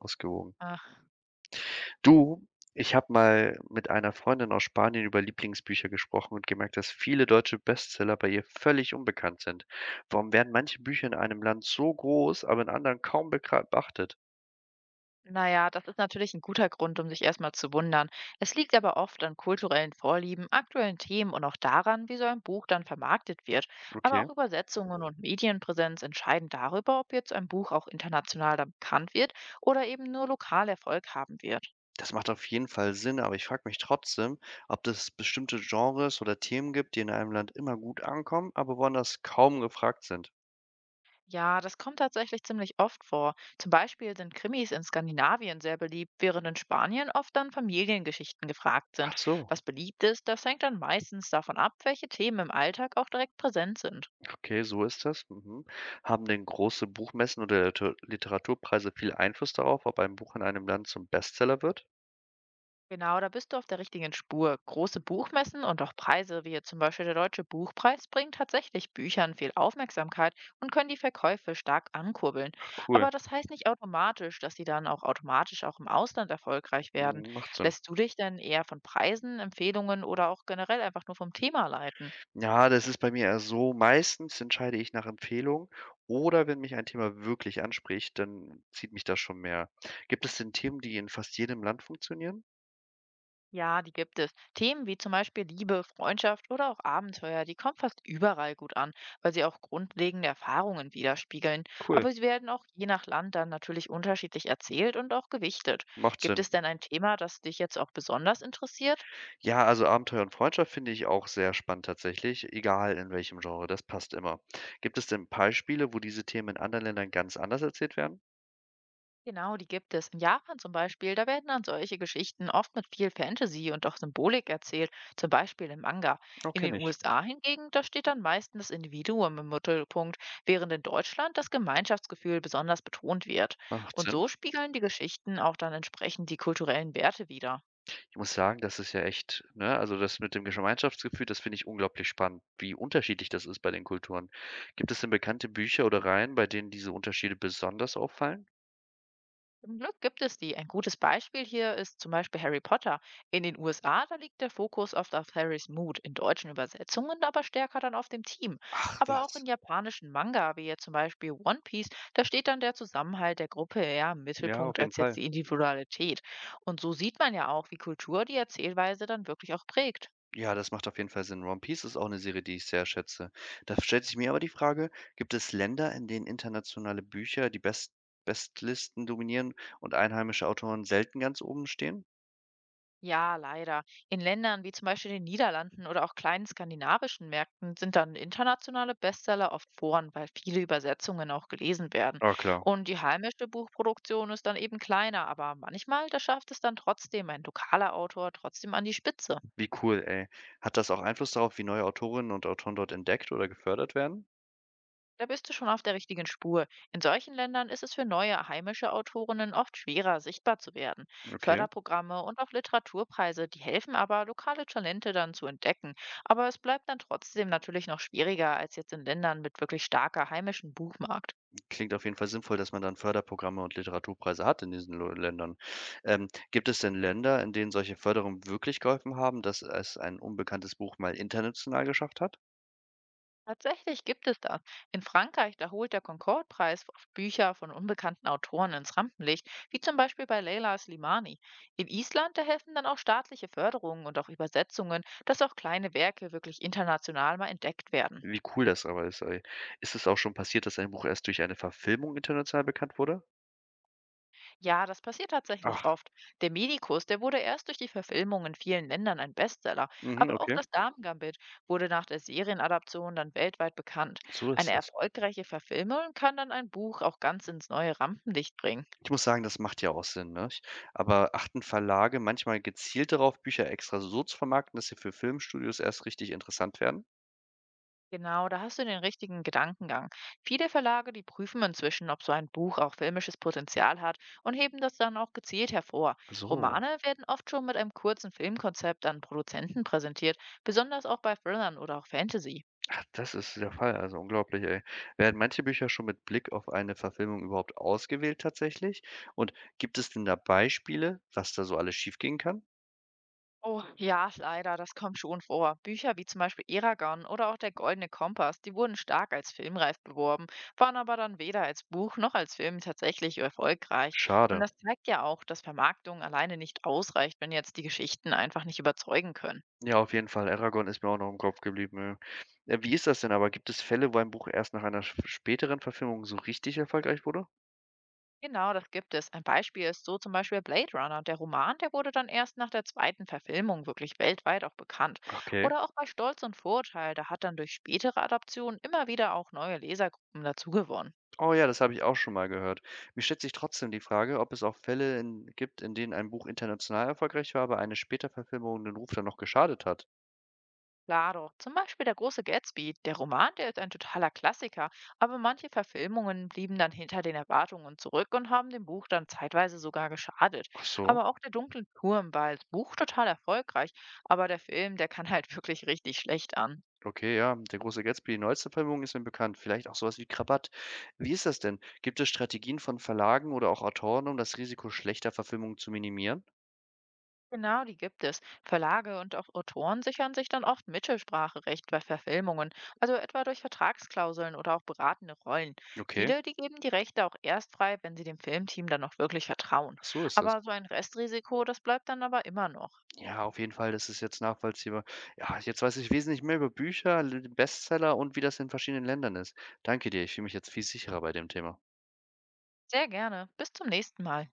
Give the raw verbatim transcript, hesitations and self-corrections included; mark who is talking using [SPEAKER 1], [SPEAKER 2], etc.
[SPEAKER 1] Ausgewogen.
[SPEAKER 2] Ach,
[SPEAKER 1] Du, ich habe mal mit einer Freundin aus Spanien über Lieblingsbücher gesprochen und gemerkt, dass viele deutsche Bestseller bei ihr völlig unbekannt sind. Warum werden manche Bücher in einem Land so groß, aber in anderen kaum bekra- beachtet?
[SPEAKER 2] na ja, das ist natürlich ein guter Grund, um sich erst mal zu wundern. Es liegt aber oft an kulturellen Vorlieben, aktuellen Themen und auch daran, wie so ein Buch dann vermarktet wird. Aber
[SPEAKER 1] Okay,
[SPEAKER 2] auch Übersetzungen und Medienpräsenz entscheiden darüber, ob jetzt ein Buch auch international dann bekannt wird oder eben nur lokal Erfolg haben wird.
[SPEAKER 1] das macht auf jeden Fall Sinn, aber ich frage mich trotzdem, ob es bestimmte Genres oder Themen gibt, die in einem Land immer gut ankommen, aber woanders kaum gefragt sind.
[SPEAKER 2] Ja, das kommt tatsächlich ziemlich oft vor. Zum Beispiel sind Krimis in Skandinavien sehr beliebt, während in Spanien oft dann Familiengeschichten gefragt
[SPEAKER 1] Ach
[SPEAKER 2] sind.
[SPEAKER 1] so.
[SPEAKER 2] Was beliebt ist, das hängt dann meistens davon ab, welche Themen im Alltag auch direkt präsent sind.
[SPEAKER 1] Okay, so ist das. Mhm. Haben denn große Buchmessen oder Liter Literaturpreise viel Einfluss darauf, ob ein Buch in einem Land zum Bestseller wird?
[SPEAKER 2] Genau, da bist du auf der richtigen Spur. Große Buchmessen und auch Preise, wie jetzt zum Beispiel der Deutsche Buchpreis, bringen tatsächlich Büchern viel Aufmerksamkeit und können die Verkäufe stark ankurbeln.
[SPEAKER 1] Ach cool,
[SPEAKER 2] Aber das heißt nicht automatisch, dass sie dann auch automatisch auch im Ausland erfolgreich werden.
[SPEAKER 1] mhm, macht Sinn.
[SPEAKER 2] Lässt du dich denn eher von Preisen, Empfehlungen oder auch generell einfach nur vom Thema leiten?
[SPEAKER 1] Ja, das ist bei mir eher so. Meistens entscheide ich nach Empfehlung oder wenn mich ein Thema wirklich anspricht, dann zieht mich das schon mehr. Gibt es denn Themen, die in fast jedem Land funktionieren?
[SPEAKER 2] Ja, die gibt es. Themen wie zum Beispiel Liebe, Freundschaft oder auch Abenteuer, die kommen fast überall gut an, weil sie auch grundlegende Erfahrungen widerspiegeln.
[SPEAKER 1] Cool,
[SPEAKER 2] Aber sie werden auch je nach Land dann natürlich unterschiedlich erzählt und auch gewichtet.
[SPEAKER 1] macht
[SPEAKER 2] Gibt
[SPEAKER 1] Sinn.
[SPEAKER 2] es denn ein Thema, das dich jetzt auch besonders interessiert?
[SPEAKER 1] Ja, also Abenteuer und Freundschaft finde ich auch sehr spannend tatsächlich, egal in welchem Genre, das passt immer. Gibt es denn Beispiele, wo diese Themen in anderen Ländern ganz anders erzählt werden?
[SPEAKER 2] Genau, die gibt es. In Japan zum Beispiel, da werden dann solche Geschichten oft mit viel Fantasy und auch Symbolik erzählt, zum Beispiel im Manga.
[SPEAKER 1] Oh,
[SPEAKER 2] In den
[SPEAKER 1] kenne ich.
[SPEAKER 2] U S A hingegen, da steht dann meistens das Individuum im Mittelpunkt, während in Deutschland das Gemeinschaftsgefühl besonders betont wird.
[SPEAKER 1] Macht
[SPEAKER 2] Und
[SPEAKER 1] Sinn.
[SPEAKER 2] so spiegeln die Geschichten auch dann entsprechend die kulturellen Werte wider.
[SPEAKER 1] Ich muss sagen, das ist ja echt ne, also das mit dem Gemeinschaftsgefühl, das finde ich unglaublich spannend, wie unterschiedlich das ist bei den Kulturen. Gibt es denn bekannte Bücher oder Reihen, bei denen diese Unterschiede besonders auffallen?
[SPEAKER 2] Zum Glück gibt es die. Ein gutes Beispiel hier ist zum Beispiel Harry Potter. In den U S A, da liegt der Fokus oft auf Harrys Mut, in deutschen Übersetzungen aber stärker dann auf dem Team.
[SPEAKER 1] Ach
[SPEAKER 2] Aber auch
[SPEAKER 1] was.
[SPEAKER 2] in japanischen Manga, wie jetzt zum Beispiel One Piece, da steht dann der Zusammenhalt der Gruppe eher im
[SPEAKER 1] Ja, auf
[SPEAKER 2] Mittelpunkt
[SPEAKER 1] jeden
[SPEAKER 2] als jetzt
[SPEAKER 1] Fall.
[SPEAKER 2] die Individualität. Und so sieht man ja auch, wie Kultur die Erzählweise dann wirklich auch prägt.
[SPEAKER 1] Ja, das macht auf jeden Fall Sinn. One Piece ist auch eine Serie, die ich sehr schätze. Da stellt sich mir aber die Frage, gibt es Länder, in denen internationale Bücher die Best Bestlisten dominieren und einheimische Autoren selten ganz oben stehen?
[SPEAKER 2] Ja, leider. In Ländern wie zum Beispiel den Niederlanden oder auch kleinen skandinavischen Märkten sind dann internationale Bestseller oft Foren, weil viele Übersetzungen auch gelesen werden.
[SPEAKER 1] Ah, klar.
[SPEAKER 2] Und die heimische Buchproduktion ist dann eben kleiner, aber manchmal, da schafft es dann trotzdem ein lokaler Autor trotzdem an die Spitze.
[SPEAKER 1] Wie cool, ey. Hat das auch Einfluss darauf, wie neue Autorinnen und Autoren dort entdeckt oder gefördert werden?
[SPEAKER 2] Da bist du schon auf der richtigen Spur. In solchen Ländern ist es für neue heimische Autorinnen oft schwerer, sichtbar zu werden.
[SPEAKER 1] Okay.
[SPEAKER 2] Förderprogramme und auch Literaturpreise, die helfen aber, lokale Talente dann zu entdecken. Aber es bleibt dann trotzdem natürlich noch schwieriger als jetzt in Ländern mit wirklich starker heimischen Buchmarkt.
[SPEAKER 1] Klingt auf jeden Fall sinnvoll, dass man dann Förderprogramme und Literaturpreise hat in diesen Lo- Ländern. Ähm, gibt es denn Länder, in denen solche Förderungen wirklich geholfen haben, dass es ein unbekanntes Buch mal international geschafft hat?
[SPEAKER 2] Tatsächlich gibt es das. In Frankreich, da holt der Concorde-Preis oft Bücher von unbekannten Autoren ins Rampenlicht, wie zum Beispiel bei Leyla Slimani. In Island, da helfen dann auch staatliche Förderungen und auch Übersetzungen, dass auch kleine Werke wirklich international mal entdeckt werden.
[SPEAKER 1] Wie cool das aber ist, ey. Ist es auch schon passiert, dass ein Buch erst durch eine Verfilmung international bekannt wurde?
[SPEAKER 2] Ja, das passiert tatsächlich
[SPEAKER 1] Ach,
[SPEAKER 2] oft. Der Medikus, der wurde erst durch die Verfilmung in vielen Ländern ein Bestseller,
[SPEAKER 1] mhm,
[SPEAKER 2] aber auch
[SPEAKER 1] okay.
[SPEAKER 2] das Damengambit wurde nach der Serienadaption dann weltweit bekannt.
[SPEAKER 1] So
[SPEAKER 2] Eine
[SPEAKER 1] ist das.
[SPEAKER 2] erfolgreiche Verfilmung kann dann ein Buch auch ganz ins neue Rampenlicht bringen.
[SPEAKER 1] Ich muss sagen, das macht ja auch Sinn, ne? Ich aber achten Verlage manchmal gezielt darauf, Bücher extra so zu vermarkten, dass sie für Filmstudios erst richtig interessant werden?
[SPEAKER 2] Genau, da hast du den richtigen Gedankengang. Viele Verlage, die prüfen inzwischen, ob so ein Buch auch filmisches Potenzial hat und heben das dann auch gezielt hervor.
[SPEAKER 1] So.
[SPEAKER 2] Romane werden oft schon mit einem kurzen Filmkonzept an Produzenten präsentiert, besonders auch bei Thrillern oder auch Fantasy.
[SPEAKER 1] Ach, das ist der Fall, also unglaublich, ey. Werden manche Bücher schon mit Blick auf eine Verfilmung überhaupt ausgewählt tatsächlich? Und gibt es denn da Beispiele, was da so alles schiefgehen kann?
[SPEAKER 2] Oh, ja, leider, das kommt schon vor. Bücher wie zum Beispiel Eragon oder auch Der Goldene Kompass, die wurden stark als filmreif beworben, waren aber dann weder als Buch noch als Film tatsächlich erfolgreich. Und
[SPEAKER 1] Schade.
[SPEAKER 2] das zeigt ja auch, dass Vermarktung alleine nicht ausreicht, wenn jetzt die Geschichten einfach nicht überzeugen können.
[SPEAKER 1] Ja, auf jeden Fall. Eragon ist mir auch noch im Kopf geblieben. Ja. Äh, wie ist das denn aber? Gibt es Fälle, wo ein Buch erst nach einer sch späteren Verfilmung so richtig erfolgreich wurde?
[SPEAKER 2] Genau, das gibt es. Ein Beispiel ist so zum Beispiel Blade Runner. Der Roman, der wurde dann erst nach der zweiten Verfilmung wirklich weltweit auch bekannt.
[SPEAKER 1] Okay.
[SPEAKER 2] Oder auch bei Stolz und Vorurteil, da hat dann durch spätere Adaptionen immer wieder auch neue Lesergruppen dazugewonnen.
[SPEAKER 1] Oh ja, das habe ich auch schon mal gehört. Mir stellt sich trotzdem die Frage, ob es auch Fälle in gibt, in denen ein Buch international erfolgreich war, aber eine später Verfilmung den Ruf dann noch geschadet hat.
[SPEAKER 2] Klar doch. Zum Beispiel der große Gatsby. Der Roman, der ist ein totaler Klassiker, aber manche Verfilmungen blieben dann hinter den Erwartungen zurück und haben dem Buch dann zeitweise sogar geschadet.
[SPEAKER 1] Ach so.
[SPEAKER 2] Aber auch der dunkle Turm war als Buch total erfolgreich, aber der Film, der kann halt wirklich richtig schlecht an.
[SPEAKER 1] Okay, ja, der große Gatsby, die neueste Verfilmung ist mir bekannt. Vielleicht auch sowas wie Krabatt. Wie ist das denn? Gibt es Strategien von Verlagen oder auch Autoren, um das Risiko schlechter Verfilmungen zu minimieren?
[SPEAKER 2] Genau, die gibt es. Verlage und auch Autoren sichern sich dann oft Mittelspracherecht bei Verfilmungen, also etwa durch Vertragsklauseln oder auch beratende Rollen.
[SPEAKER 1] Okay,
[SPEAKER 2] Viele, die geben die Rechte auch erst frei, wenn sie dem Filmteam dann auch wirklich vertrauen.
[SPEAKER 1] ach so ist das.
[SPEAKER 2] Aber so ein Restrisiko, das bleibt dann aber immer noch.
[SPEAKER 1] Ja, auf jeden Fall, das ist jetzt nachvollziehbar. Ja, jetzt weiß ich wesentlich mehr über Bücher, Bestseller und wie das in verschiedenen Ländern ist. Danke dir, ich fühle mich jetzt viel sicherer bei dem Thema.
[SPEAKER 2] Sehr gerne. Bis zum nächsten Mal.